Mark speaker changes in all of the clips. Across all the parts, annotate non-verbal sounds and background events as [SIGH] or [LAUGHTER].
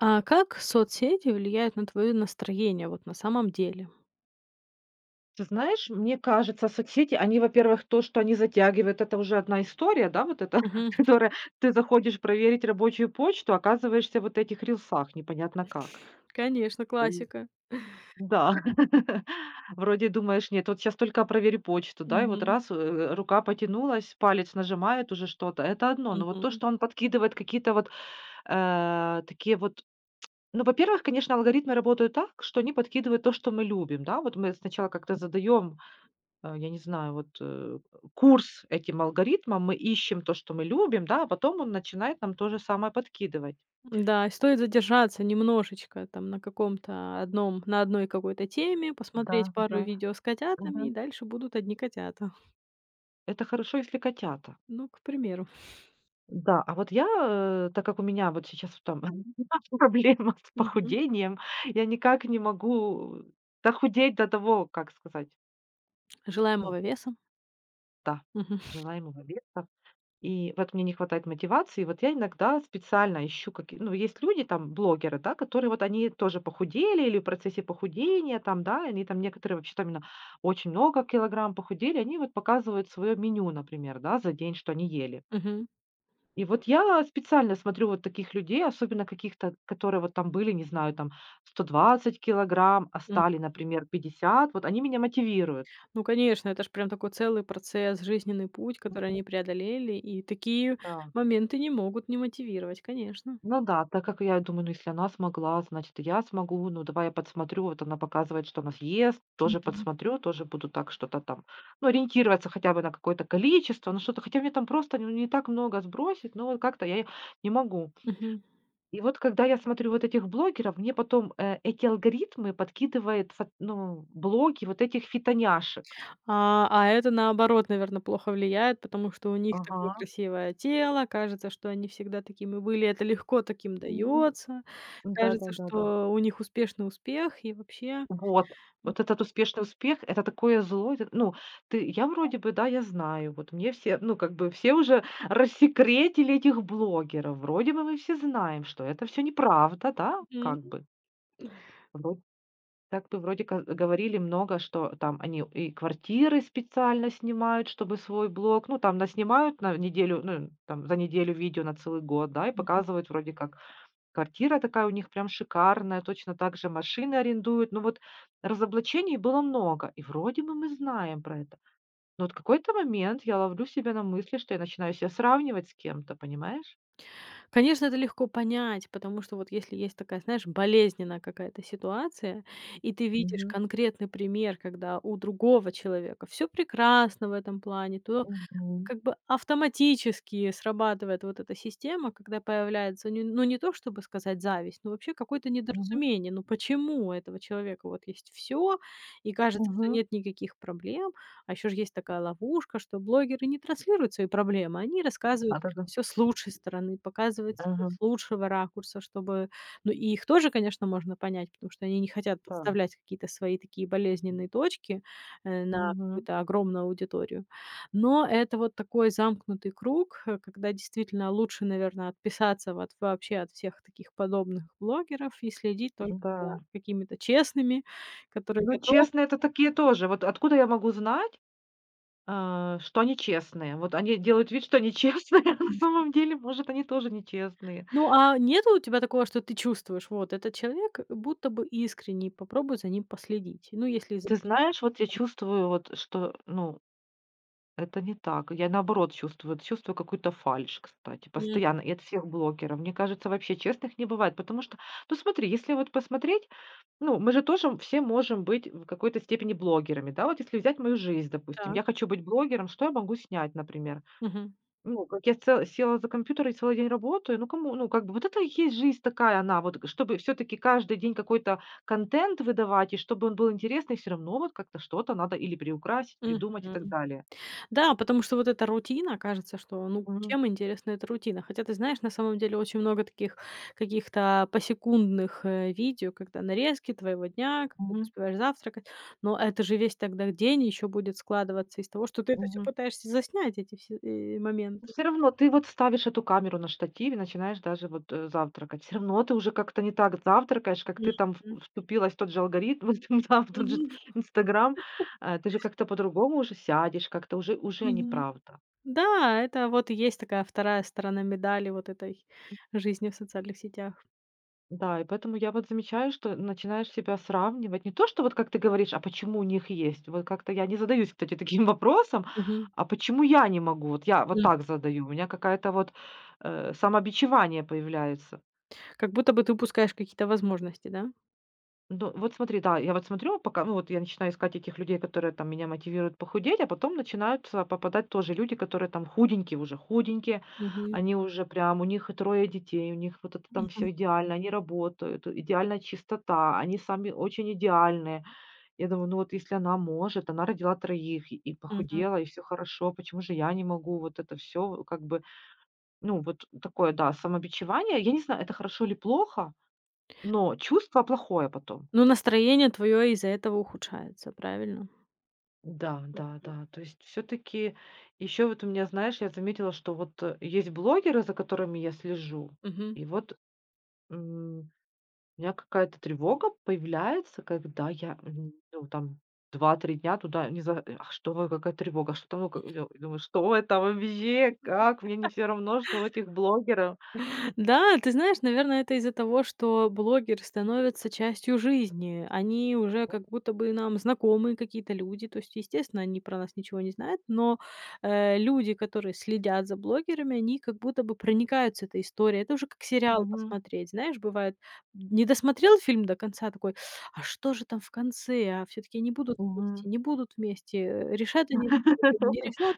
Speaker 1: А как соцсети влияют на твоё настроение вот на самом деле?
Speaker 2: Ты знаешь, мне кажется, соцсети, они, во-первых, то, что они затягивают, это уже одна история, да, вот это, [LAUGHS]
Speaker 1: Мгм.
Speaker 2: которая ты заходишь проверить рабочую почту, оказываешься в вот этих рилсах, непонятно как.
Speaker 1: Конечно,
Speaker 2: М.
Speaker 1: классика.
Speaker 2: Да, [LAUGHS] вроде думаешь, нет, вот сейчас только проверю почту, да, и вот
Speaker 1: Мгм.
Speaker 2: раз рука потянулась, палец нажимает уже что-то, это одно, но вот
Speaker 1: Мгм.
Speaker 2: то, что он подкидывает какие-то вот такие вот ну, во-первых, конечно, алгоритмы работают так, что они подкидывают то, что мы любим, да, вот мы сначала как-то задаем я не знаю, вот, курс этим алгоритмам, мы ищем то, что мы любим, да, а потом он начинает нам то же самое подкидывать.
Speaker 1: Да, стоит задержаться немножечко там на каком-то одном на одной какой-то теме, посмотреть
Speaker 2: Да,
Speaker 1: пару
Speaker 2: да.
Speaker 1: видео с котятами,
Speaker 2: Мгм.
Speaker 1: и дальше будут одни котята.
Speaker 2: Это хорошо, если котята.
Speaker 1: Ну, к примеру.
Speaker 2: Да, а вот я, так как у меня вот сейчас вот там [LAUGHS] проблема с
Speaker 1: Мгм.
Speaker 2: похудением, я никак не могу дохудеть до того, как сказать, ну
Speaker 1: Желаемого веса.
Speaker 2: да,
Speaker 1: Мгм.
Speaker 2: желаемого веса. И вот мне не хватает мотивации. Вот я иногда специально ищу, какие, ну, есть люди, там, блогеры, да, которые вот они тоже похудели или в процессе похудения, там, да, они там некоторые вообще там на очень много килограмм похудели, они вот показывают свое меню, например, да, за день, что они ели.
Speaker 1: Мгм.
Speaker 2: И вот я специально смотрю вот таких людей, особенно каких-то, которые вот там были, не знаю, там 120 килограмм, а
Speaker 1: Мгм.
Speaker 2: стали, например, 50, вот они меня мотивируют.
Speaker 1: Ну, конечно, это ж прям такой целый процесс, жизненный путь, который они преодолели, и такие
Speaker 2: Да.
Speaker 1: моменты не могут не мотивировать, конечно.
Speaker 2: Ну да, так как я думаю, ну, если она смогла, значит, и я смогу. Ну, давай я подсмотрю. Вот она показывает, что она съест, тоже
Speaker 1: Мгм.
Speaker 2: подсмотрю, тоже буду так что-то там, ну, ориентироваться хотя бы на какое-то количество, ну, что-то, хотя мне там просто ну, не так много сбросить, но вот как-то я не могу.
Speaker 1: Мгм.
Speaker 2: И вот когда я смотрю вот этих блогеров, мне потом эти алгоритмы подкидывает, ну, блоги вот этих фитоняшек.
Speaker 1: А это наоборот, наверное, плохо влияет, потому что у них такое
Speaker 2: Ага.
Speaker 1: красивое тело, кажется, что они всегда такими были, это легко таким дается, кажется,
Speaker 2: Да-да-да-да.
Speaker 1: что у них успешный успех и вообще.
Speaker 2: Вот. Вот этот успешный успех — это такое зло. Это, ну, ты я вроде бы, да, я знаю, вот мне все, ну, как бы все уже рассекретили этих блогеров. Вроде бы мы все знаем, что это все неправда, да,
Speaker 1: Мгм.
Speaker 2: как бы. Вро так бы вроде ка говорили много, что там они и квартиры специально снимают, чтобы свой блог, ну, там наснимают на неделю, ну, там за неделю видео на целый год, да, и
Speaker 1: Мгм.
Speaker 2: показывают вроде как квартира такая у них прям шикарная, точно так же машины арендуют. Ну вот разоблачений было много, и вроде бы мы знаем про это. Но вот какой-то момент я ловлю себя на мысли, что я начинаю себя сравнивать с кем-то, понимаешь?
Speaker 1: Конечно, это легко понять, потому что вот если есть такая, знаешь, болезненная какая-то ситуация, и ты видишь
Speaker 2: Мгм.
Speaker 1: конкретный пример, когда у другого человека все прекрасно в этом плане, то
Speaker 2: Мгм.
Speaker 1: как бы автоматически срабатывает вот эта система, когда появляется, не ну, не то чтобы сказать зависть, но вообще какое-то
Speaker 2: Мгм.
Speaker 1: недоразумение. Ну, почему у этого человека вот есть все и кажется, что
Speaker 2: Мгм.
Speaker 1: нет никаких проблем? А еще ж есть такая ловушка, что блогеры не транслируют свои проблемы, они рассказывают только
Speaker 2: Да-да-да.
Speaker 1: всё с лучшей стороны, показывают себя
Speaker 2: Ага.
Speaker 1: с лучшего ракурса, чтобы ну, и их тоже, конечно, можно понять, потому что они не хотят
Speaker 2: Да.
Speaker 1: подставлять какие-то свои такие болезненные точки, на
Speaker 2: Мгм.
Speaker 1: какую-то огромную аудиторию. Но это вот такой замкнутый круг, когда действительно лучше, наверное, отписаться вот вообще от всех таких подобных блогеров и следить только за
Speaker 2: Да.
Speaker 1: какими-то честными, которые
Speaker 2: Ну,
Speaker 1: готовы.
Speaker 2: честные — это такие тоже. Вот откуда я могу знать, что они честные? Вот они делают вид, что они честные, [LAUGHS] а на самом деле, может, они тоже нечестные.
Speaker 1: Ну, а нету у тебя такого, что ты чувствуешь, вот этот человек будто бы искренний, попробуй за ним последить. Ну, если замечаешь.
Speaker 2: Ты знаешь, вот я чувствую, вот, что, ну, это не так. Я наоборот чувствую, вот чувствую какую-то фальшь, кстати,
Speaker 1: М,
Speaker 2: постоянно, и от всех блогеров. Мне кажется, вообще честных не бывает, потому что, ну смотри, если вот посмотреть, ну, мы же тоже все можем быть в какой-то степени блогерами, да, вот если взять мою жизнь, допустим,
Speaker 1: так.
Speaker 2: я хочу быть блогером, что я могу снять, например?
Speaker 1: Мгм.
Speaker 2: Ну, как я цел села за компьютер и целый день работаю. Ну, кому ну, как бы вот это и есть жизнь такая она. Вот, чтобы все таки каждый день какой-то контент выдавать, и чтобы он был интересный, все равно вот как-то что-то надо или приукрасить, придумать и так
Speaker 1: Мгм.
Speaker 2: далее.
Speaker 1: Да, потому что вот эта рутина, кажется, что, ну,
Speaker 2: Мгм,
Speaker 1: чем интересна эта рутина? Хотя ты знаешь, на самом деле очень много таких каких-то посекундных видео, когда нарезки твоего дня, когда ты
Speaker 2: мгм,
Speaker 1: успеваешь завтракать, но это же весь тогда день еще будет складываться из того, что ты это все
Speaker 2: мгм.
Speaker 1: пытаешься заснять, эти все моменты.
Speaker 2: Всё равно ты вот ставишь эту камеру на штативе, начинаешь даже вот, завтракать. Все равно ты уже как-то не так завтракаешь, как ты там
Speaker 1: Мгм.
Speaker 2: в вступилась в тот же алгоритм, [LAUGHS] там, да, в тот же
Speaker 1: Мгм.
Speaker 2: «Инстаграм». Ты же как-то по-другому уже сядешь, как-то уже
Speaker 1: Мгм.
Speaker 2: неправда.
Speaker 1: Да, это вот и есть такая вторая сторона медали вот этой жизни в социальных сетях.
Speaker 2: Да, и поэтому я вот замечаю, что начинаешь себя сравнивать. Не то, что вот как ты говоришь, а почему у них есть? Вот как-то я не задаюсь, кстати, [LAUGHS] таким вопросом,
Speaker 1: Мгм.
Speaker 2: а почему я не могу? Вот я вот
Speaker 1: М.
Speaker 2: так задаю. У меня какая-то вот самобичевание появляется.
Speaker 1: Как будто бы ты упускаешь какие-то возможности, да?
Speaker 2: Ну, вот смотри, да, я вот смотрю, пока, ну, вот я начинаю искать этих людей, которые там меня мотивируют похудеть, а потом начинаются попадать тоже люди, которые там худенькие уже, худенькие,
Speaker 1: Мгм.
Speaker 2: они уже прям, у них и трое детей, у них вот это там все идеально, они работают, идеальная чистота, они сами очень идеальные. Я думаю, ну вот если она может, она родила троих и
Speaker 1: Мгм.
Speaker 2: похудела, и все хорошо, почему же я не могу вот это все, как бы, ну, вот такое, да, самобичевание. Я не знаю, это хорошо или плохо, но чувство плохое потом.
Speaker 1: Ну, настроение твое из-за этого ухудшается, правильно?
Speaker 2: Да, да, да. То есть все таки еще вот у меня, знаешь, я заметила, что вот, есть блогеры, за которыми я слежу,
Speaker 1: Мгм.
Speaker 2: и вот, м, у меня какая-то тревога появляется, когда я, ну, там два-три дня туда не за э, а что вы, какая тревога, что там, ну, как я думаю, что это вообще, как, мне не все равно, что у этих блогеров.
Speaker 1: Да, ты знаешь, наверное, это из-за того, что блогеры становятся частью жизни. Они уже как будто бы нам знакомые какие-то люди. То есть, естественно, они про нас ничего не знают, но, люди, которые следят за блогерами, они как будто бы проникаются этой историей. Это уже как сериал
Speaker 2: Мгм,
Speaker 1: посмотреть. Знаешь, бывает, не досмотрел фильм до конца, такой: "А что же там в конце? А все таки они будут вместе,
Speaker 2: мгм.
Speaker 1: не будут вместе? Решат они друг друга, не
Speaker 2: [LAUGHS]
Speaker 1: решат?"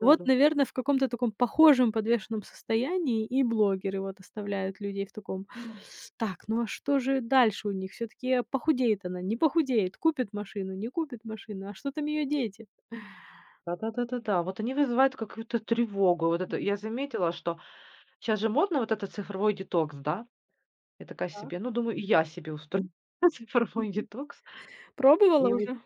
Speaker 1: Вот, наверное, в каком-то таком похожем подвешенном состоянии и блогеры вот оставляют людей в таком: "Так, ну а что же дальше у них? Все таки похудеет она, не похудеет, купит машину, не купит машину, а что там ее дети?"
Speaker 2: Да-да-да-да-да. Вот они вызывают какую-то тревогу. Вот это я заметила, что сейчас же модно вот этот цифровой детокс, да? Я такая
Speaker 1: Так.
Speaker 2: себе, ну, думаю, и я себе устрою [LAUGHS] цифровой
Speaker 1: Мгм.
Speaker 2: детокс.
Speaker 1: Пробовала
Speaker 2: И вот,
Speaker 1: уже?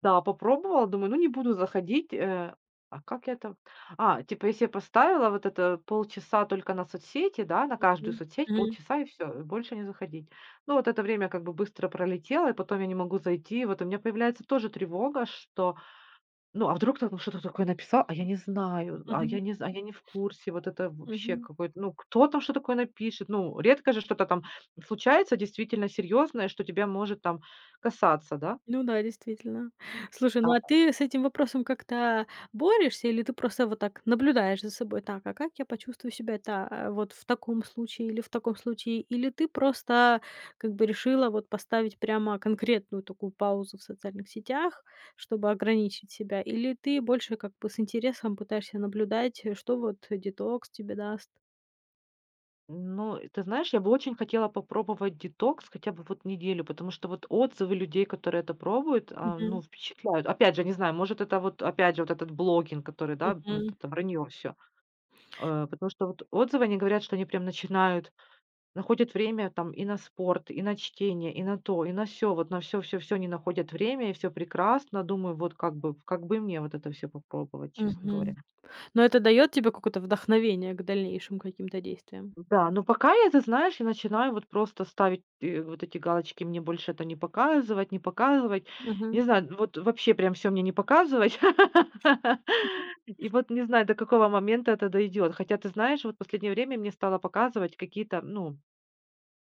Speaker 2: да, попробовала, думаю, ну, не буду заходить. А как я там? А, типа, я себе поставила вот это полчаса только на соцсети, да, на каждую
Speaker 1: Мгм.
Speaker 2: соцсеть
Speaker 1: Мгм.
Speaker 2: полчаса и все, больше не заходить. Ну, вот это время как бы быстро пролетело, и потом я не могу зайти. Вот у меня появляется тоже тревога, что ну, а вдруг кто-то что-то такое написал, а я не знаю, а
Speaker 1: Мгм.
Speaker 2: я не з а я не в курсе, вот это вообще
Speaker 1: Мгм.
Speaker 2: какой-то, ну, кто там что такое напишет? Ну, редко же что-то там случается действительно серьезное, что тебя может там касаться, да?
Speaker 1: Ну да, действительно. Слушай, ну а
Speaker 2: А,
Speaker 1: ты с этим вопросом как-то борешься или ты просто вот так наблюдаешь за собой? Так, а как я почувствую себя вот в таком случае или в таком случае? Или ты просто как бы решила вот поставить прямо конкретную такую паузу в социальных сетях, чтобы ограничить себя? Или ты больше как бы с интересом пытаешься наблюдать, что вот детокс тебе даст?
Speaker 2: ну, ты знаешь, я бы очень хотела попробовать детокс хотя бы вот неделю, потому что вот отзывы людей, которые это пробуют,
Speaker 1: Мгм.
Speaker 2: ну, впечатляют. Опять же, не знаю, может, это вот, опять же, вот этот блогинг, который, да, вот
Speaker 1: Мгм.
Speaker 2: это вранье все, потому что вот отзывы, они говорят, что они прям начинают находят время там и на спорт, и на чтение, и на то, и на все. Вот на все все все не находят время, и все прекрасно. Думаю, вот как бы мне вот это все попробовать, честно говоря.
Speaker 1: Мгм. Но это дает тебе какое-то вдохновение к дальнейшим каким-то действиям?
Speaker 2: Да, но пока я, ты знаешь, я начинаю вот просто ставить, вот эти галочки: «Мне больше это не показывать, не показывать».
Speaker 1: Мгм.
Speaker 2: Не знаю, вот вообще прям все мне не показывать. [LAUGHS] И вот не знаю, до какого момента это дойдёт. Хотя, ты знаешь, вот в последнее время мне стало показывать какие-то, ну,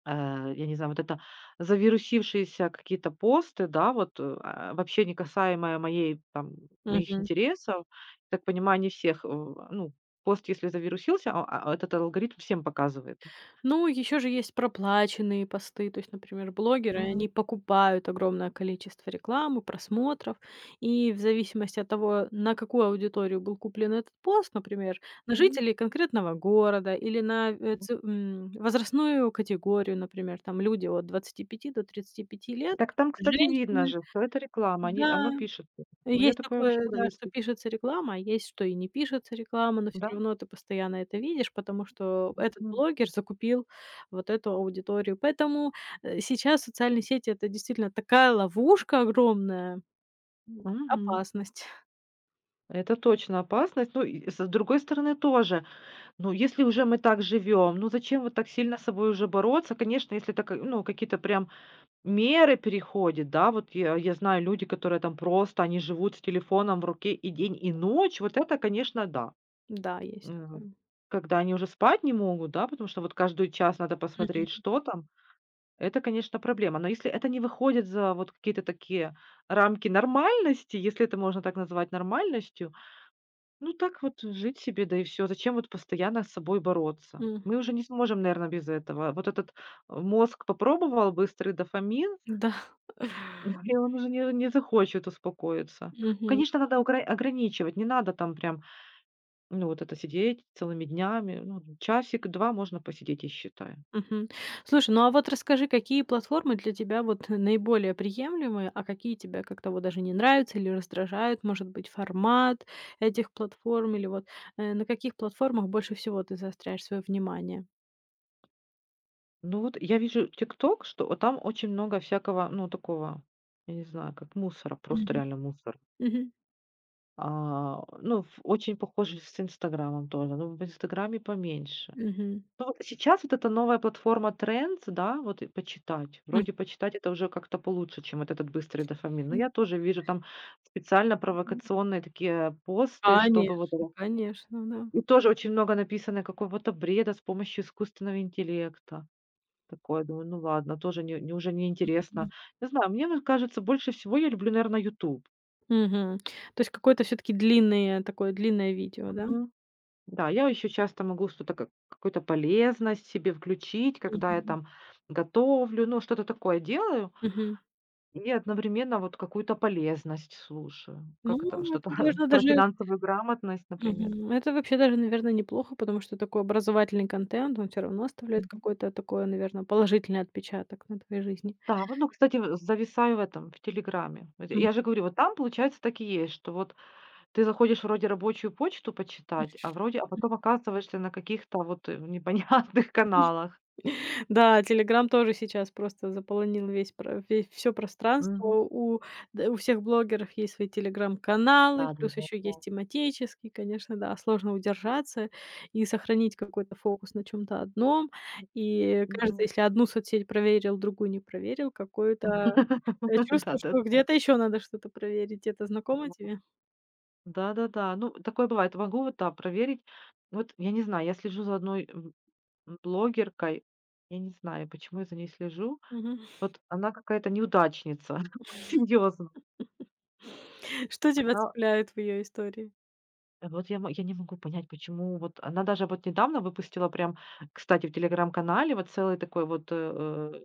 Speaker 2: я не знаю, вот это завирусившиеся какие-то посты, да, вот, вообще не касаемые моей, там, моих
Speaker 1: Мгм.
Speaker 2: интересов. Так понимаю, не всех, ну, пост, если завирусился, этот алгоритм всем показывает.
Speaker 1: Ну, еще же есть проплаченные посты. То есть, например, блогеры, они
Speaker 2: Мгм.
Speaker 1: покупают огромное количество рекламы, просмотров. И в зависимости от того, на какую аудиторию был куплен этот пост, например, на
Speaker 2: Мгм.
Speaker 1: жителей конкретного города или на
Speaker 2: М.
Speaker 1: возрастную категорию, например, там люди от 25 до 35 лет,
Speaker 2: Так там, кстати, видно
Speaker 1: женщины.
Speaker 2: же, что это реклама, они,
Speaker 1: Да,
Speaker 2: оно пишет. Ну, я
Speaker 1: есть
Speaker 2: такое вообще
Speaker 1: такое, да, что
Speaker 2: пролистываю,
Speaker 1: пишется реклама, а есть, что и не пишется реклама, но все
Speaker 2: да?
Speaker 1: равно ты постоянно это видишь, потому что этот
Speaker 2: М.
Speaker 1: блогер закупил вот эту аудиторию. Поэтому, сейчас социальные сети- это действительно такая ловушка огромная,
Speaker 2: Мгм.
Speaker 1: опасность. [LAUGHS]
Speaker 2: Это точно опасность. Ну, и с другой стороны тоже. Ну, если уже мы так живем, ну зачем вот так сильно с собой уже бороться? Конечно, если это, ну, какие-то прям меры переходят, да, вот я знаю люди, которые там просто, они живут с телефоном в руке и день, и ночь, вот это, конечно, да.
Speaker 1: Да, есть
Speaker 2: М.
Speaker 1: такое.
Speaker 2: Когда они уже спать не могут, да, потому что вот каждый час надо посмотреть,
Speaker 1: Мгм.
Speaker 2: что там, это, конечно, проблема. Но если это не выходит за вот какие-то такие рамки нормальности, если это можно так назвать нормальностью, ну, так вот жить себе, да и все. Зачем вот постоянно с собой бороться?
Speaker 1: М.
Speaker 2: Мы уже не сможем, наверное, без этого. Вот этот, мозг попробовал быстрый дофамин,
Speaker 1: Да.
Speaker 2: да, и он уже не захочет успокоиться.
Speaker 1: Мгм.
Speaker 2: Конечно, надо ограничивать, не надо там прям, ну, вот это сидеть целыми днями, ну, часик-два можно посидеть, я считаю.
Speaker 1: Мгм. Слушай, ну а вот расскажи, какие платформы для тебя вот наиболее приемлемые, а какие тебе как-то вот даже не нравятся или раздражают, может быть, формат этих платформ, или вот, на каких платформах больше всего ты заостряешь свое внимание?
Speaker 2: Ну, вот я вижу «Тикток», что там очень много всякого, ну, такого, я не знаю, как мусора, просто
Speaker 1: Мгм.
Speaker 2: реально мусора.
Speaker 1: Мгм.
Speaker 2: А, ну, ф очень похоже с «Инстаграмом» тоже, но в «Инстаграме» поменьше.
Speaker 1: Мгм.
Speaker 2: Ну, вот сейчас вот эта новая платформа Threads, да, вот и почитать. Вроде почитать — это уже как-то получше, чем вот этот быстрый дофамин. Но я тоже вижу там специально
Speaker 1: Мгм.
Speaker 2: провокационные такие посты, чтобы вот
Speaker 1: Конечно,
Speaker 2: это
Speaker 1: конечно, да.
Speaker 2: и тоже очень много написано какого-то бреда с помощью искусственного интеллекта. Такое, думаю, ну ладно, тоже не уже неинтересно.
Speaker 1: Мгм.
Speaker 2: Не знаю, мне вот кажется, больше всего я люблю, наверное, YouTube.
Speaker 1: Мгм. То есть какое-то все таки длинное такое длинное видео, да?
Speaker 2: Да, я еще часто могу что-то, как какую-то полезность себе включить, когда я
Speaker 1: Мгм.
Speaker 2: там готовлю, ну, что-то такое делаю,
Speaker 1: Мгм.
Speaker 2: и одновременно вот какую-то полезность слушаю.
Speaker 1: Ну,
Speaker 2: Как это,
Speaker 1: это,
Speaker 2: что-то
Speaker 1: наверно,
Speaker 2: [LAUGHS] про
Speaker 1: даже.
Speaker 2: финансовую грамотность, например.
Speaker 1: Мгм. Это вообще даже, наверное, неплохо, потому что такой образовательный контент, он все равно оставляет
Speaker 2: Мгм.
Speaker 1: какой-то такой, наверное, положительный отпечаток на твоей жизни.
Speaker 2: Да, вот, ну, кстати, в зависаю в этом, в Телеграме. Вот я же говорю, вот там, получается, так и есть, что вот ты заходишь вроде рабочую почту почитать, а вроде, а потом оказываешься на каких-то вот непонятных [LAUGHS]
Speaker 1: Мгм.
Speaker 2: каналах.
Speaker 1: Да, "Телеграм" тоже сейчас просто заполонил весь все пространство.
Speaker 2: Мгм.
Speaker 1: У у всех блогеров есть свои "Телеграм"-каналы,
Speaker 2: Да, да,
Speaker 1: плюс
Speaker 2: да,
Speaker 1: еще
Speaker 2: да.
Speaker 1: есть тематические. Конечно, да, сложно удержаться и сохранить какой-то фокус на чем то одном. И кажется,
Speaker 2: Мгм.
Speaker 1: если одну соцсеть проверил, другую не проверил, какое-то,
Speaker 2: [LAUGHS]
Speaker 1: чувство, что
Speaker 2: Да-да-да.
Speaker 1: где-то еще надо что-то проверить. Это знакомо тебе?
Speaker 2: Да-да-да. Ну, такое бывает. Могу вот, да, проверить. Вот я не знаю, я слежу за одной, блогеркой. Я не знаю, почему я за ней слежу.
Speaker 1: Мгм.
Speaker 2: Вот она какая-то неудачница. [LAUGHS] Серьезно.
Speaker 1: [LAUGHS] Что тебя цепляет в ее истории?
Speaker 2: Вот я мо я не могу понять, почему вот она даже вот недавно выпустила прям, кстати, в «Телеграм»-канале вот целый такой вот,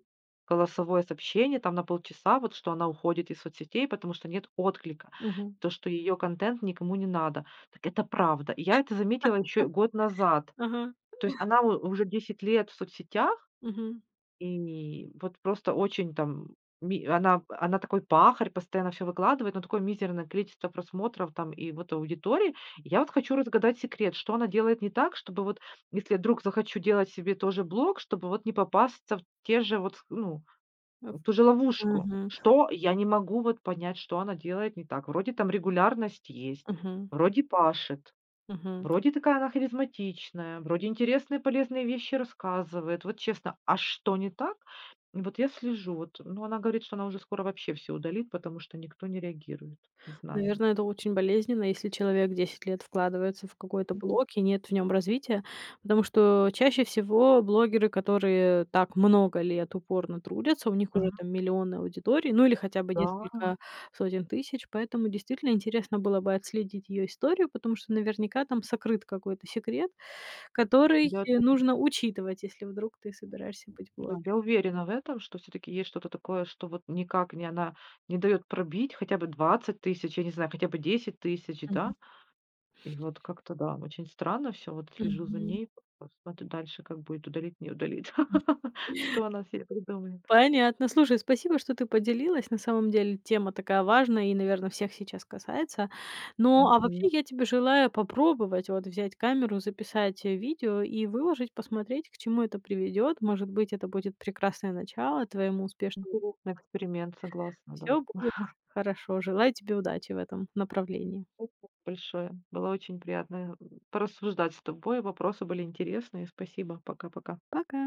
Speaker 2: голосовое сообщение там на полчаса, вот что она уходит из соцсетей, потому что нет отклика,
Speaker 1: Мгм.
Speaker 2: то, что ее контент никому не надо. Так это правда. И я это заметила еще год назад.
Speaker 1: Ага.
Speaker 2: То есть она у уже 10 лет в соцсетях
Speaker 1: Мгм.
Speaker 2: и вот просто очень там ми она такой пахарь, постоянно все выкладывает, но такое мизерное количество просмотров там и вот аудитории. Я вот хочу разгадать секрет, что она делает не так, чтобы вот, если я вдруг захочу делать себе тоже блог, чтобы вот не попасться в те же вот, ну,
Speaker 1: Оф
Speaker 2: в ту же ловушку.
Speaker 1: Мгм.
Speaker 2: Что я не могу вот понять, что она делает не так. Вроде там регулярность есть,
Speaker 1: Мгм.
Speaker 2: вроде пашет.
Speaker 1: Мгм.
Speaker 2: Вроде такая она харизматичная, вроде интересные, полезные вещи рассказывает. Вот честно, а что не так? И вот я слежу. Вот, ну, она говорит, что она уже скоро вообще все удалит, потому что никто не реагирует. Не знаю.
Speaker 1: Наверное, это очень болезненно, если человек 10 лет вкладывается в какой-то
Speaker 2: Мгм.
Speaker 1: блог и нет в нем развития, потому что чаще всего блогеры, которые так много лет упорно трудятся, у них уже
Speaker 2: Мгм.
Speaker 1: там миллионы аудиторий, ну или хотя бы
Speaker 2: Да,
Speaker 1: несколько сотен тысяч, поэтому действительно интересно было бы отследить ее историю, потому что наверняка там сокрыт какой-то секрет, который
Speaker 2: я, это
Speaker 1: нужно учитывать, если вдруг ты собираешься быть
Speaker 2: знаю.
Speaker 1: блогером.
Speaker 2: Я уверена в этом, что все-таки есть что-то такое, что вот никак не она не дает пробить хотя бы 20 000, я не знаю, хотя бы 10 000,
Speaker 1: Мгм.
Speaker 2: да? И вот как-то, да, очень странно все. Вот слежу за
Speaker 1: Мгм.
Speaker 2: ней, смотрю дальше, как будет удалить, не удалить. [LAUGHS] Что она себе придумает.
Speaker 1: Понятно. Слушай, спасибо, что ты поделилась. На самом деле тема такая важная и, наверное, всех сейчас касается. Ну, а вообще
Speaker 2: Мгм.
Speaker 1: я тебе желаю попробовать вот взять камеру, записать видео и выложить, посмотреть, к чему это приведет. Может быть, это будет прекрасное начало твоему успешному.
Speaker 2: Интересный эксперимент, согласна, да.
Speaker 1: Все будет
Speaker 2: [LAUGHS]
Speaker 1: хорошо. Желаю тебе удачи в этом направлении.
Speaker 2: Спасибо большое. Было очень приятно, порассуждать с тобой. Вопросы были интересные. Спасибо. Пока-пока.
Speaker 1: Пока.